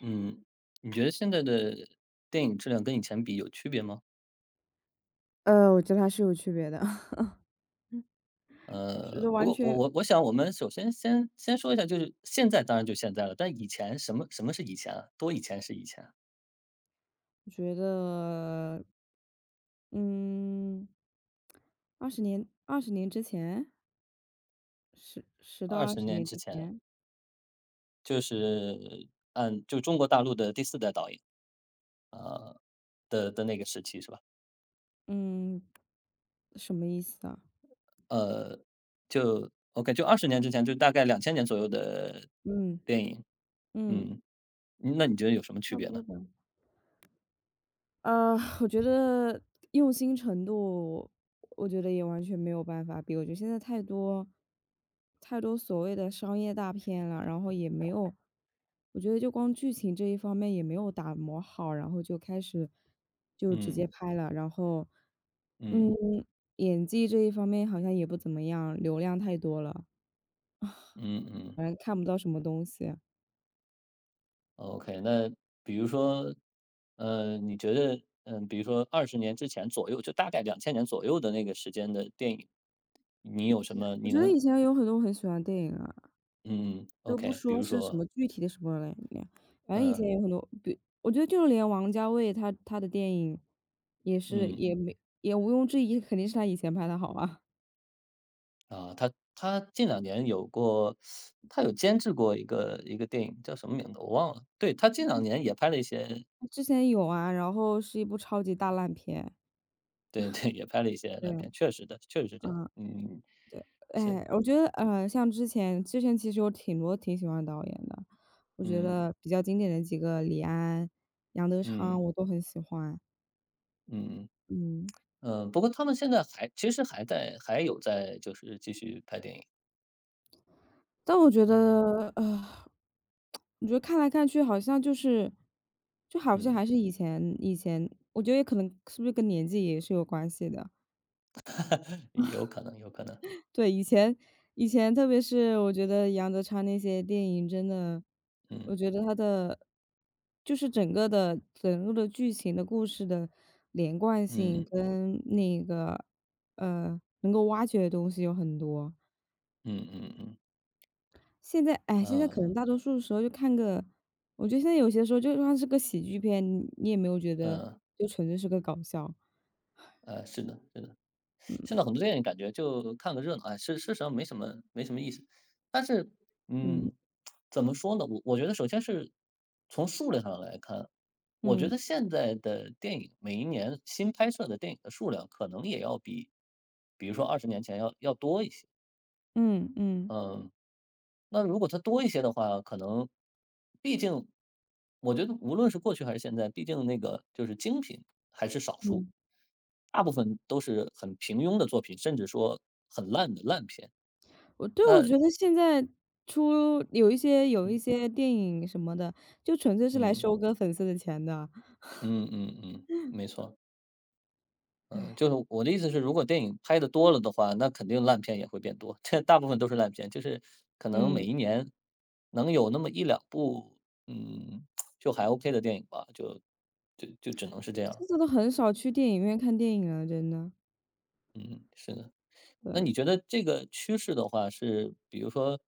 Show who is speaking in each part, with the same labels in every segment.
Speaker 1: 嗯，你觉得现在的电影质量跟以前比有区别吗？
Speaker 2: 我觉得还是有区别的。觉
Speaker 1: 呃，
Speaker 2: 得
Speaker 1: 不
Speaker 2: 完
Speaker 1: 过我
Speaker 2: 全
Speaker 1: 我我想我们首先先说一下，就是现在当然就现在了，但以前什么是以前啊？多以前是以前
Speaker 2: 觉得，嗯二十年之前，十到
Speaker 1: 二
Speaker 2: 二
Speaker 1: 十
Speaker 2: 十
Speaker 1: 年
Speaker 2: 年
Speaker 1: 之
Speaker 2: 之
Speaker 1: 前，
Speaker 2: 前。
Speaker 1: 就是按就中国大陆的第四代导演啊，的那个时期是吧？
Speaker 2: 嗯，什么意思啊？
Speaker 1: 呃，就 OK，就二十年之前，就大概两千年左右的
Speaker 2: 嗯，
Speaker 1: 电影，
Speaker 2: 嗯，
Speaker 1: 嗯，嗯那你觉得有什么区
Speaker 2: 差不
Speaker 1: 别呢？
Speaker 2: 多吧。呃，我觉得用心程度，我觉得也完全没有办法比。我觉得现在太多太多所谓的商业大片了，然后也没有，我觉得就光剧情这一方面也没有打磨好，然后就开始就直
Speaker 1: 嗯，
Speaker 2: 接拍了，然后嗯，
Speaker 1: 嗯，
Speaker 2: 演技这一方面好像也不怎么样，流量太多了，
Speaker 1: 嗯嗯。
Speaker 2: 反正看不到什么东西。
Speaker 1: OK，那比如说，你觉得，嗯，比如说二十年之前左右，就大概两千年左右的那个时间的电影，你有什么
Speaker 2: 我
Speaker 1: 你
Speaker 2: 觉得
Speaker 1: 能
Speaker 2: 以前有很多我很喜欢的电影啊，
Speaker 1: 嗯
Speaker 2: 就不
Speaker 1: ，OK，比
Speaker 2: 说
Speaker 1: 如
Speaker 2: 是什
Speaker 1: 说，
Speaker 2: 么具体的什么了，反正以
Speaker 1: 嗯，
Speaker 2: 前有很多，比我觉得就连王家卫他的电影，也是
Speaker 1: 嗯，
Speaker 2: 也没也毋庸置疑，肯定是他以前拍的好啊。
Speaker 1: 啊，他近两年有过他有监制过一个电影，叫什么名字我忘了。对，他近两年也拍了一些
Speaker 2: 之前有啊，然后是一部超级大烂片。
Speaker 1: 对对，也拍了一些烂
Speaker 2: 对，
Speaker 1: 片，确实的，确实是这样，
Speaker 2: 嗯，
Speaker 1: 嗯，是，
Speaker 2: 哎，我觉得像之前其实有挺多挺喜欢的导演的，我觉
Speaker 1: 嗯，
Speaker 2: 得比较经典的几个李安、杨德昌
Speaker 1: 嗯，
Speaker 2: 我都很喜欢。
Speaker 1: 嗯。
Speaker 2: 嗯。
Speaker 1: 嗯，不过他们现在还其实还在还有在就是继续拍电影，
Speaker 2: 但我觉得，我觉得看来看去好像就是，就好像
Speaker 1: 嗯，
Speaker 2: 还是以前，我觉得也可能是不是跟年纪也是有关系的。
Speaker 1: 有可能有可能，
Speaker 2: 对，以前特别是我觉得杨德昌那些电影真的，我
Speaker 1: 嗯
Speaker 2: 觉得他的就是整个的剧情的故事的连贯性
Speaker 1: 嗯
Speaker 2: 跟能够挖掘的东西有很多。
Speaker 1: 嗯嗯嗯，
Speaker 2: 现在，哎，现在可能
Speaker 1: 呃
Speaker 2: 大多数时候就看个我觉得现在有些时候就算是个喜剧片，你也没有觉得
Speaker 1: 呃
Speaker 2: 就纯粹是个搞笑。
Speaker 1: 是的是的，现在很多电影感觉就看个热闹，哎，事实上没什么没什么意思。但是，
Speaker 2: 嗯，
Speaker 1: 嗯，怎么说呢？我觉得首先是从数量上来看，我觉
Speaker 2: 嗯，
Speaker 1: 得现在的电影每一年新拍摄的电影的数量可能也要比，比如说二十年前要多一些，
Speaker 2: 嗯，嗯，
Speaker 1: 嗯。那如果它多一些的话，可能毕竟我觉得无论是过去还是现在，毕竟那个就是精品还是少数，
Speaker 2: 嗯。
Speaker 1: 大部分都是很平庸的作品，甚至说很烂的烂片。
Speaker 2: 对，我
Speaker 1: 那
Speaker 2: 觉得现在有一些有一
Speaker 1: 嗯
Speaker 2: 些电影什么的，就纯粹是来
Speaker 1: 嗯
Speaker 2: 收割粉丝的钱的。
Speaker 1: 嗯嗯嗯，没错。呃，
Speaker 2: 唉，
Speaker 1: 就是我的意思是，如果电影拍的多了的话，那肯定烂片也会变多。这大部分都是烂片，就是可能每
Speaker 2: 嗯，
Speaker 1: 一年能有那么一两部，嗯，就还 OK 的电影吧，就就只能是这样。
Speaker 2: 现在都很少去电影院看电影了，真的。
Speaker 1: 嗯，是的。
Speaker 2: 对，
Speaker 1: 那你觉得这个趋势的话是，比如说，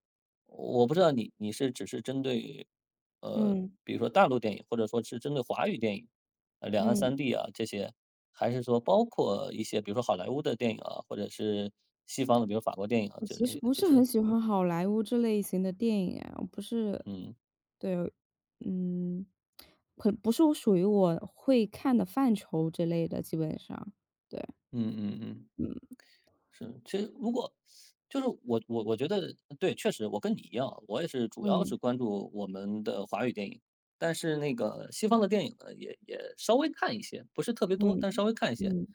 Speaker 1: 我不知道你是只是针对，呃，
Speaker 2: 嗯，
Speaker 1: 比如说大陆电影，或者说是针对华语电影，呃，两岸
Speaker 2: 嗯。
Speaker 1: 三地啊这些，还是说包括一些比如说好莱坞的电影啊，或者是西方的，比如法国电影啊
Speaker 2: 我
Speaker 1: 之
Speaker 2: 其实
Speaker 1: 类的
Speaker 2: 不
Speaker 1: 这
Speaker 2: 是很
Speaker 1: 些？
Speaker 2: 喜欢好莱坞这类型的电影啊。我不是
Speaker 1: 嗯
Speaker 2: 对，嗯，可不是我属于我会看的范畴之类的，基本上。对，
Speaker 1: 嗯嗯嗯。
Speaker 2: 嗯，
Speaker 1: 是，其实如果就是我觉得对，确实我跟你一样，我也是主要
Speaker 2: 嗯，
Speaker 1: 是关注我们的华语电影，但是那个西方的电影呢，也也稍微看一些，不是特别多，
Speaker 2: 嗯，
Speaker 1: 但稍微看一些。
Speaker 2: 嗯，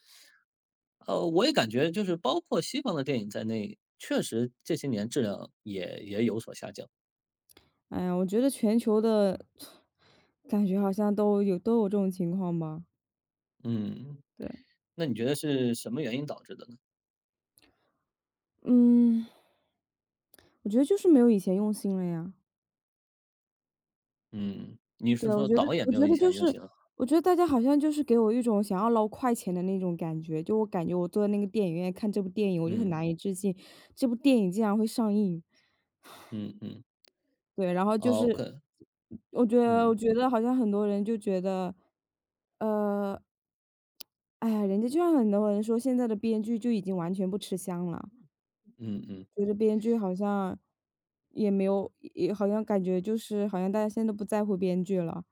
Speaker 1: 呃，我也感觉就是包括西方的电影在内，确实这些年质量也也有所下降。
Speaker 2: 哎呀，我觉得全球的 感觉好像都有这种情况吧。
Speaker 1: 嗯，
Speaker 2: 对，
Speaker 1: 那你觉得是什么原因导致的呢？
Speaker 2: 嗯，我觉得就是没有以前用心了呀。
Speaker 1: 嗯，你
Speaker 2: 对，
Speaker 1: 是
Speaker 2: 我
Speaker 1: 说
Speaker 2: 觉得
Speaker 1: 导演
Speaker 2: 我
Speaker 1: 没
Speaker 2: 觉
Speaker 1: 有以
Speaker 2: 得就
Speaker 1: 前
Speaker 2: 是，
Speaker 1: 用心了？
Speaker 2: 我觉得大家好像就是给我一种想要捞快钱的那种感觉，就我感觉我坐在那个电影院看这部电影，我就很
Speaker 1: 嗯
Speaker 2: 难以置信，这部电影竟然会上映。
Speaker 1: 嗯嗯，
Speaker 2: 对，然后就
Speaker 1: 哦
Speaker 2: 是，
Speaker 1: ，OK，
Speaker 2: 我觉得我
Speaker 1: 嗯
Speaker 2: 觉得好像很多人就觉得，呃，哎呀，人家就像很多人说，现在的编剧就已经完全不吃香了。
Speaker 1: 嗯嗯
Speaker 2: 觉得编剧好像也没有也好像感觉就是好像大家现在都不在乎编剧了。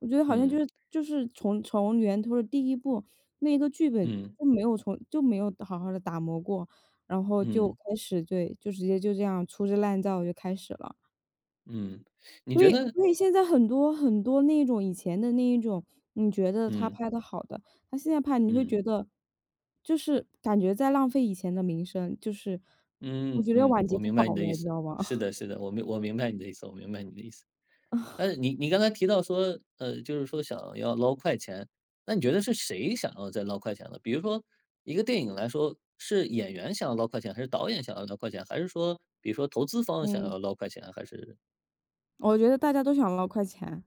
Speaker 2: 我觉得好像就
Speaker 1: 嗯
Speaker 2: 是就是从源头的第一步，那一个剧本
Speaker 1: 嗯。
Speaker 2: 就没有好好的打磨过，然后就
Speaker 1: 嗯
Speaker 2: 开始，对，就直接就这样粗制滥造就开始了。
Speaker 1: 嗯，你
Speaker 2: 所
Speaker 1: 觉
Speaker 2: 以
Speaker 1: 得
Speaker 2: 所以现在很多很多那种以前的那一种，你觉得他
Speaker 1: 嗯，
Speaker 2: 拍的好的，他现在拍你会
Speaker 1: 嗯，
Speaker 2: 觉得，就是感觉在浪费以前的名声，就是我
Speaker 1: 嗯
Speaker 2: 觉得要
Speaker 1: 嗯，
Speaker 2: 晚节
Speaker 1: 我
Speaker 2: 不
Speaker 1: 明白你
Speaker 2: 保
Speaker 1: 的意
Speaker 2: 了，你知
Speaker 1: 思。
Speaker 2: 道吗？
Speaker 1: 是 的是的，我明白你的意思我明白你的意思。但是你刚才提到说，呃，就是说想要捞快钱，那你觉得是谁想要在捞快钱呢？比如说一个电影来说，是演员想要捞快钱，还是导演想要捞快钱，还是说比如说投资方想
Speaker 2: 嗯，
Speaker 1: 要捞快钱，还是
Speaker 2: 我觉得大家都想捞快钱。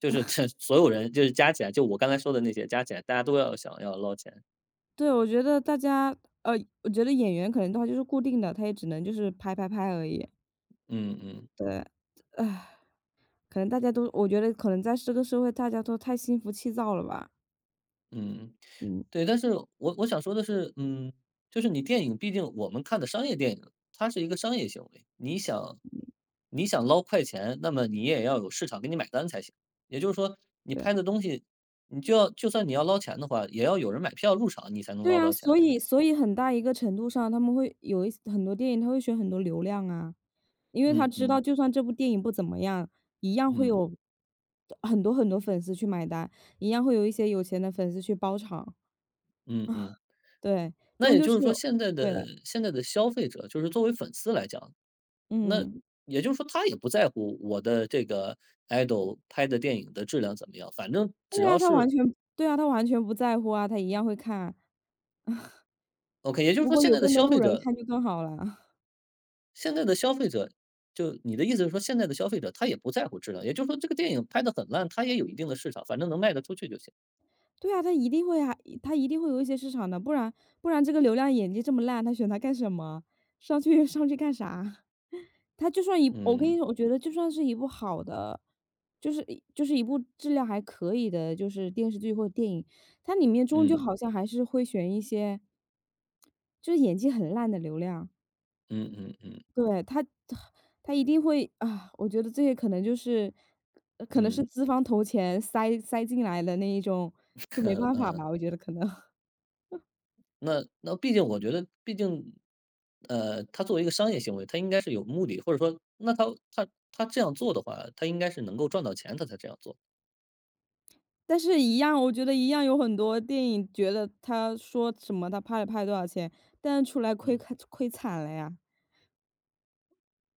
Speaker 1: 就是这所有人就是加起来，就我刚才说的那些加起来，大家都要想要捞钱。
Speaker 2: 对，我觉得呃，演员可能的话就是固定的，他也只能就是拍拍拍而已。
Speaker 1: 嗯嗯。
Speaker 2: 对，唉，可能大家都我觉得可能在这个社会大家都太心浮气躁了吧。
Speaker 1: 嗯，
Speaker 2: 嗯，
Speaker 1: 对，但是我想说的是，嗯，就是你电影毕竟我们看的商业电影，它是一个商业行为，你想捞快钱，那么你也要有市场给你买单才行。也就是说，你
Speaker 2: 对。
Speaker 1: 拍的东西，你就要就算你要捞钱的话，也要有人买票入场，你才能
Speaker 2: 对
Speaker 1: 捞
Speaker 2: 啊，
Speaker 1: 到钱，
Speaker 2: 所
Speaker 1: 对不
Speaker 2: 以
Speaker 1: 对？
Speaker 2: 所以很大一个程度上，他们会有很多电影，他会选很多流量啊，因为他
Speaker 1: 嗯
Speaker 2: 知道
Speaker 1: 嗯
Speaker 2: 就算这部电影不怎么样，一样会
Speaker 1: 嗯
Speaker 2: 有很多很多粉丝去买单，一样会有一些有钱的粉丝去包场。
Speaker 1: 嗯嗯。
Speaker 2: 对，
Speaker 1: 那
Speaker 2: 终
Speaker 1: 也
Speaker 2: 究
Speaker 1: 就
Speaker 2: 是
Speaker 1: 是说，
Speaker 2: 有。
Speaker 1: 现在
Speaker 2: 对，
Speaker 1: 的现在的消费者，就是作为粉丝来讲，那
Speaker 2: 嗯，
Speaker 1: 也就是说他也不在乎我的这个 idol 拍的电影的质量怎么样，反正只
Speaker 2: 对啊，
Speaker 1: 要
Speaker 2: 他完
Speaker 1: 是
Speaker 2: 全。对啊，他完全不在乎啊，他一样会看，
Speaker 1: OK。也就是
Speaker 2: 如
Speaker 1: 说
Speaker 2: 果
Speaker 1: 现
Speaker 2: 有
Speaker 1: 在的
Speaker 2: 更多
Speaker 1: 消
Speaker 2: 路
Speaker 1: 费
Speaker 2: 人
Speaker 1: 者
Speaker 2: 看就更好了。
Speaker 1: 现在的消费者就你的意思是说现在的消费者他也不在乎质量，也就是说这个电影拍的很烂，他也有一定的市场，反正能卖得出去就行。
Speaker 2: 对啊，他一定会啊，他一定会有一些市场的，不然这个流量演技这么烂，他选他干什么？上去干啥？他就算一我跟你
Speaker 1: 嗯
Speaker 2: 说，我觉得就算是一部好的，就是一部质量还可以的，就是电视剧或者电影，它里面终究
Speaker 1: 嗯
Speaker 2: 好像还是会选一些就是演技很烂的流量。
Speaker 1: 嗯嗯嗯
Speaker 2: 对，他一定会啊，我觉得这些可能就是可能是
Speaker 1: 嗯，
Speaker 2: 资方投钱塞进来的那一种，就没办法
Speaker 1: 嗯，
Speaker 2: 吧，我觉得可能。
Speaker 1: 那那毕竟我觉得，毕竟，呃，他作为一个商业行为，他应该是有目的，或者说，那他他这样做的话，他应该是能够赚到钱，他才这样做。
Speaker 2: 但是，一样，我觉得一样有很多电影，觉得他说什么他拍了多少钱，但是出来
Speaker 1: 嗯。
Speaker 2: 亏惨了呀。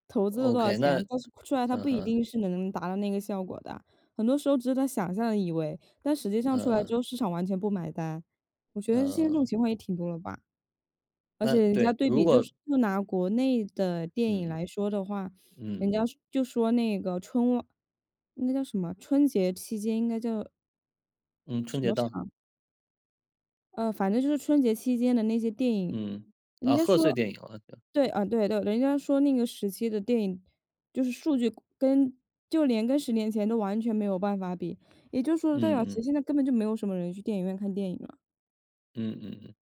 Speaker 2: 投资了多少
Speaker 1: OK，
Speaker 2: 钱，
Speaker 1: 那
Speaker 2: 但是出来它
Speaker 1: 嗯
Speaker 2: 不一
Speaker 1: 哼，
Speaker 2: 定是能达到那个效果的，很多时候只是他想象的以为，但实际上
Speaker 1: 嗯
Speaker 2: 出来之
Speaker 1: 嗯
Speaker 2: 后市场完全不买单。我觉得现在这种
Speaker 1: 嗯，
Speaker 2: 情况也挺多了吧，而且
Speaker 1: 那
Speaker 2: 人家
Speaker 1: 对，
Speaker 2: 对
Speaker 1: 如
Speaker 2: 比就
Speaker 1: 果
Speaker 2: 是就拿国内的电影
Speaker 1: 嗯
Speaker 2: 来说的话，人
Speaker 1: 嗯
Speaker 2: 家就说那个春晚那叫什么，春节期间应该叫
Speaker 1: 嗯，
Speaker 2: 什
Speaker 1: 春节
Speaker 2: 么
Speaker 1: 档，
Speaker 2: 场反正就是春节期间的那些电影，
Speaker 1: 嗯
Speaker 2: 人
Speaker 1: 啊，
Speaker 2: 家
Speaker 1: 贺岁
Speaker 2: 说。
Speaker 1: 电影了，就
Speaker 2: 对，啊，对对，人家说那个时期的电影，就是数据跟就连跟10年前都完全没有办法比，也就是说代表其
Speaker 1: 嗯
Speaker 2: 实
Speaker 1: 嗯
Speaker 2: 现在根本就没有什么人去电影院看电影了。
Speaker 1: 嗯嗯嗯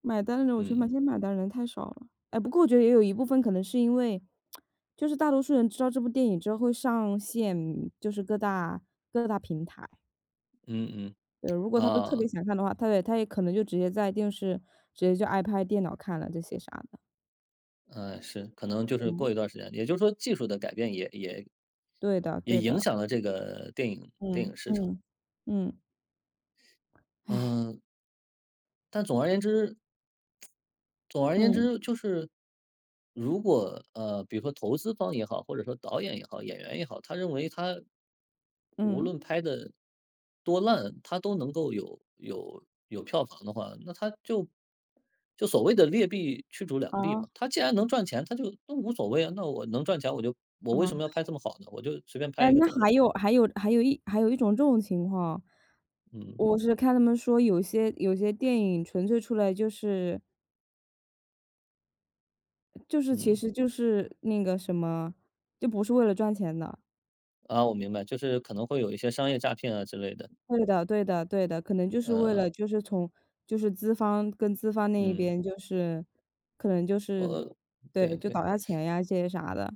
Speaker 2: 买单的人，我觉得
Speaker 1: 嗯
Speaker 2: 现在买单的人太少了。哎，不过我觉得也有一部分可能是因为，就是大多数人知道这部电影之后会上线，就是各大平台。
Speaker 1: 嗯嗯
Speaker 2: 对，如果他不是特别
Speaker 1: 啊，
Speaker 2: 想看的话，他也可能就直接在电视直接就 iPad 电脑看了这些啥的。
Speaker 1: 嗯，是，可能就是
Speaker 2: 嗯，
Speaker 1: 过一段时间，也就是说技术的改变也也
Speaker 2: 对的
Speaker 1: 也
Speaker 2: 对
Speaker 1: 影
Speaker 2: 的，
Speaker 1: 响了这个电影，
Speaker 2: 嗯，嗯，嗯，唉，
Speaker 1: 嗯，但总而言之总而言
Speaker 2: 嗯，
Speaker 1: 之，就是如果呃，比如说投资方也好，或者说导演也好，演员也好，他认为他无
Speaker 2: 嗯，
Speaker 1: 论拍的多烂，他都能够有票房的话，那他就就所谓的劣币驱逐良币
Speaker 2: 好，
Speaker 1: 嘛。他既然能赚钱，他就都无所谓啊。那我能赚钱，我就我为
Speaker 2: 哦，
Speaker 1: 什么要拍这么好呢？我就随便拍
Speaker 2: 哎，
Speaker 1: 一个
Speaker 2: 那
Speaker 1: 得了
Speaker 2: 还
Speaker 1: 呗。
Speaker 2: 有还有还有一还有一种这种情况，
Speaker 1: 嗯
Speaker 2: 我是看他们说有些电影纯粹出来就是就是其
Speaker 1: 嗯
Speaker 2: 实就是那个什么，就不是为了赚钱的。
Speaker 1: 啊，我明白，就是可能会有一些商业诈骗啊之类的。
Speaker 2: 对的对的对的，可能就是为
Speaker 1: 呃
Speaker 2: 了就是从就是资方那一
Speaker 1: 嗯，
Speaker 2: 边就是可能就是。
Speaker 1: 我
Speaker 2: 对，
Speaker 1: 对
Speaker 2: 就
Speaker 1: 对。
Speaker 2: 倒下钱呀这些啥的。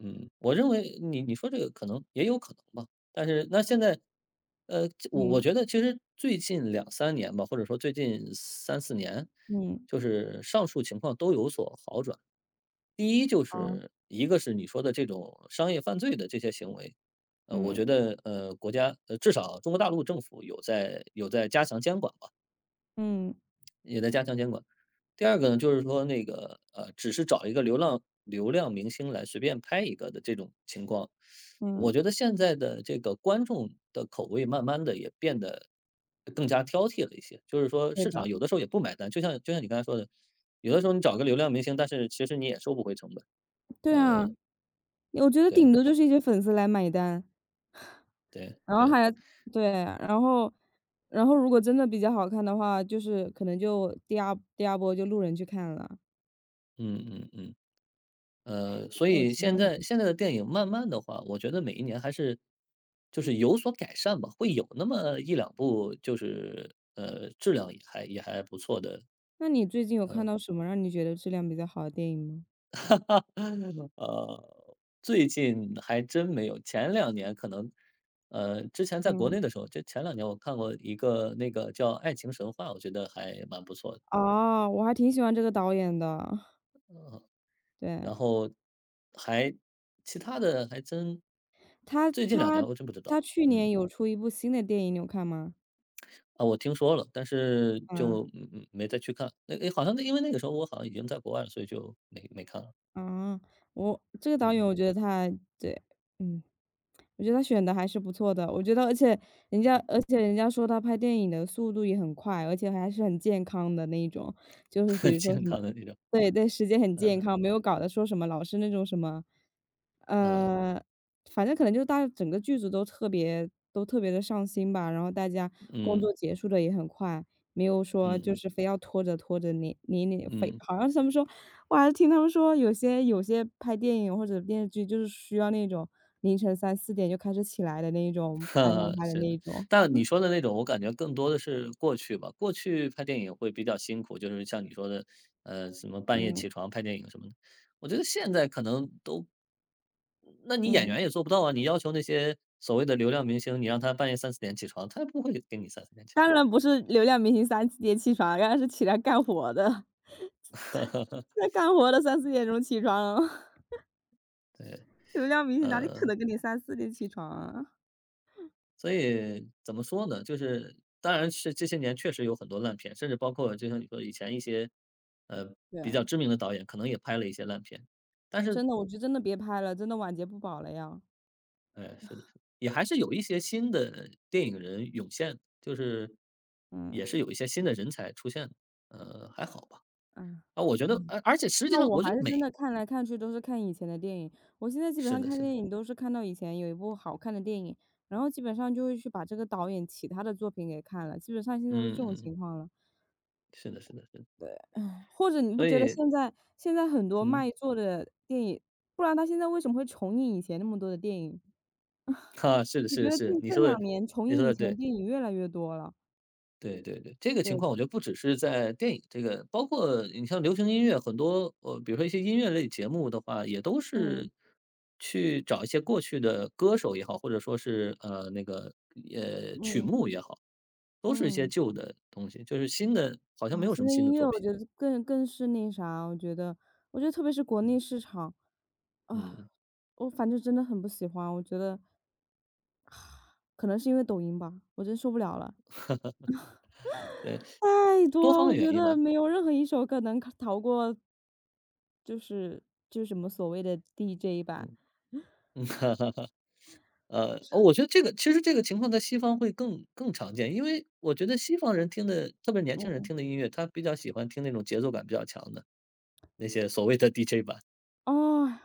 Speaker 1: 嗯，我认为你说这个可能也有可能吧，但是那现在，呃，这我
Speaker 2: 嗯，
Speaker 1: 觉得其实最近两三年吧，或者说最近三四年，
Speaker 2: 嗯，
Speaker 1: 就是上述情况都有所好转。第一就
Speaker 2: 啊，
Speaker 1: 是一个是你说的这种商业犯罪的这些行为，呃，我
Speaker 2: 嗯，
Speaker 1: 觉得呃国家呃至少中国大陆政府有在有在加强监管吧。
Speaker 2: 嗯，
Speaker 1: 也在加强监管。第二个呢，就是说那个呃，只是找一个流浪流量明星来随便拍一个的这种情况，
Speaker 2: 嗯，
Speaker 1: 我觉得现在的这个观众的口味慢慢的也变得更加挑剔了一些，就是说
Speaker 2: 对
Speaker 1: 市
Speaker 2: 的，
Speaker 1: 场有的时候也不买单，就像你刚才说的，有的时候你找个流量明星，但是其实你也收不回成本。
Speaker 2: 对啊。我觉得顶多就
Speaker 1: 对
Speaker 2: 是一些粉丝来买单，
Speaker 1: 对
Speaker 2: 然后
Speaker 1: 对，
Speaker 2: 还。对，然后如果真的比较好看的话，就是可能就第二波就路人去看了，
Speaker 1: 嗯嗯嗯。呃，
Speaker 2: 这
Speaker 1: 所
Speaker 2: 种
Speaker 1: 以
Speaker 2: 情
Speaker 1: 现
Speaker 2: 况还不
Speaker 1: 在
Speaker 2: 少。
Speaker 1: 现在的电影慢慢的话，我觉得每一年还是就是有所改善吧，会有那么一两部就是呃质量也还也还不错的，
Speaker 2: 那你最近有看到什么让你觉得质量比较好的电影吗？
Speaker 1: 呃，最近还真没有，前两年可能呃之前在国
Speaker 2: 嗯。
Speaker 1: 内的时候，就前两年我看过一个那个叫《爱情神话》，我觉得还蛮不错的，
Speaker 2: 哦，我还挺喜欢这个导演的。
Speaker 1: 呃
Speaker 2: 对，
Speaker 1: 然后还其他的还真
Speaker 2: 他
Speaker 1: 最近两
Speaker 2: 他
Speaker 1: 年我真不知
Speaker 2: 他
Speaker 1: 道，
Speaker 2: 去年
Speaker 1: 嗯。
Speaker 2: 有出一部新的电影，你有看吗？
Speaker 1: 啊，我听说了，但是
Speaker 2: 嗯。
Speaker 1: 就嗯嗯没再去看。那诶，好像那因为那个时候我好像已经在国外了，所以就没没看了。
Speaker 2: 啊，我这个导演
Speaker 1: 嗯，
Speaker 2: 我觉得对，嗯，我觉得他选的还是不错的。我觉得而且人家说他拍电影的速度也很快，而且还是很健康的那一种。就是比 如说什
Speaker 1: 健
Speaker 2: 么。
Speaker 1: 康的那种，
Speaker 2: 对对，时间很健
Speaker 1: 呃，
Speaker 2: 康，没有搞得说什么老是那种什么，
Speaker 1: 呃，
Speaker 2: 呃，反正可能就大整个剧组都特别的上心吧，然后大家工
Speaker 1: 嗯，
Speaker 2: 作结束的也很快。没有
Speaker 1: 嗯
Speaker 2: 说就
Speaker 1: 嗯
Speaker 2: 是非要拖着拖着你非
Speaker 1: 嗯，
Speaker 2: 好像是他们说，我还是听他们说有些拍电影或者电视剧就是需要那种凌晨三四点就开始起来的那一 种拍拍
Speaker 1: 哈，
Speaker 2: 拍的
Speaker 1: 是
Speaker 2: 那
Speaker 1: 的。
Speaker 2: 一种。
Speaker 1: 但你说的那种，我感觉更多的是过去吧，过去拍电影会比较辛苦，就是像你说的，呃，什么半夜
Speaker 2: 嗯，
Speaker 1: 起床拍电影什么的。我觉得现在可能都那你演
Speaker 2: 嗯。
Speaker 1: 员也做不到啊，你要求那些所谓的流量明星，你让他半夜三四点起床，他也不会给你三四点起
Speaker 2: 当
Speaker 1: 床。
Speaker 2: 然不是流量明星三四点起床，当然是起来干活的。在干活的三四点钟起床。
Speaker 1: 对。
Speaker 2: 流量明星哪里可
Speaker 1: 呃，
Speaker 2: 能跟你三四点起床啊？
Speaker 1: 所以怎么说呢？就是当然是这些年确实有很多烂片，甚至包括就像你说以前一些，呃，
Speaker 2: 对，
Speaker 1: 比较知名的导演可能也拍了一些烂片，但是，
Speaker 2: 真的，我觉得真的别拍了，真的晚节不保了呀。
Speaker 1: 哎，是的，是的也还是有一些新的电影人涌现，就是也
Speaker 2: 嗯，
Speaker 1: 是有一些新的人才出现的，呃，还好吧。
Speaker 2: 嗯，
Speaker 1: 啊，我觉得，
Speaker 2: 嗯。
Speaker 1: 而且实际
Speaker 2: 那
Speaker 1: 上
Speaker 2: 我
Speaker 1: 我觉
Speaker 2: 还
Speaker 1: 得
Speaker 2: 是真
Speaker 1: 美
Speaker 2: 的看来看去都是看以前的电影，我现在基本
Speaker 1: 是
Speaker 2: 上
Speaker 1: 的，
Speaker 2: 看
Speaker 1: 是的，
Speaker 2: 电影都是看到以前有一部好看的电影，然后基本上就会去把这个导演其他的作品给看了，基本上现在都是这种
Speaker 1: 嗯嗯，
Speaker 2: 情况了。
Speaker 1: 是的，是的，是的，
Speaker 2: 对，唉，或者你不
Speaker 1: 所
Speaker 2: 觉得
Speaker 1: 以，
Speaker 2: 现在很多卖
Speaker 1: 嗯，
Speaker 2: 座的电影，不然他现在为什么会重映以前那么多的电影？
Speaker 1: 哈，是的，
Speaker 2: 我
Speaker 1: 是
Speaker 2: 觉
Speaker 1: 的，
Speaker 2: 得
Speaker 1: 是的
Speaker 2: 近
Speaker 1: 你
Speaker 2: 这
Speaker 1: 说的，
Speaker 2: 两年重
Speaker 1: 你
Speaker 2: 映
Speaker 1: 说
Speaker 2: 以
Speaker 1: 的
Speaker 2: 前的
Speaker 1: 对。
Speaker 2: 电影越来越多了。
Speaker 1: 对对对，这个情
Speaker 2: 对，
Speaker 1: 况我觉得不只是在电影这个，包括你像流行音乐，很多呃，比如说一些音乐类节目的话，也都
Speaker 2: 嗯，
Speaker 1: 是去找一些过去的歌手也好，或者说是呃那个呃曲
Speaker 2: 嗯，
Speaker 1: 目也好，都是一些
Speaker 2: 嗯。
Speaker 1: 旧的东西，就是新的好像没
Speaker 2: 啊，
Speaker 1: 有什
Speaker 2: 现
Speaker 1: 么
Speaker 2: 在
Speaker 1: 新
Speaker 2: 音
Speaker 1: 的
Speaker 2: 乐
Speaker 1: 作
Speaker 2: 我
Speaker 1: 品。
Speaker 2: 觉得更是那啥，我觉得，特别是国内市场。啊，
Speaker 1: 嗯，
Speaker 2: 我反正真的很不喜欢。我觉得可能是因为抖音吧，我真受不了了，
Speaker 1: 对，
Speaker 2: 太
Speaker 1: 多
Speaker 2: 多，
Speaker 1: 方
Speaker 2: 我
Speaker 1: 面原
Speaker 2: 觉
Speaker 1: 因
Speaker 2: 得
Speaker 1: 吧。
Speaker 2: 没有任何一首歌能逃过，就是什么所谓的 DJ 版，
Speaker 1: 嗯，呃，哦我觉得这个其实这个情况在西方会更常见，因为我觉得西方人听的，特别是年轻人
Speaker 2: 嗯，
Speaker 1: 听的音乐，他比较喜欢听那种节奏感比较强的。那些所谓的 DJ 吧。
Speaker 2: 哦。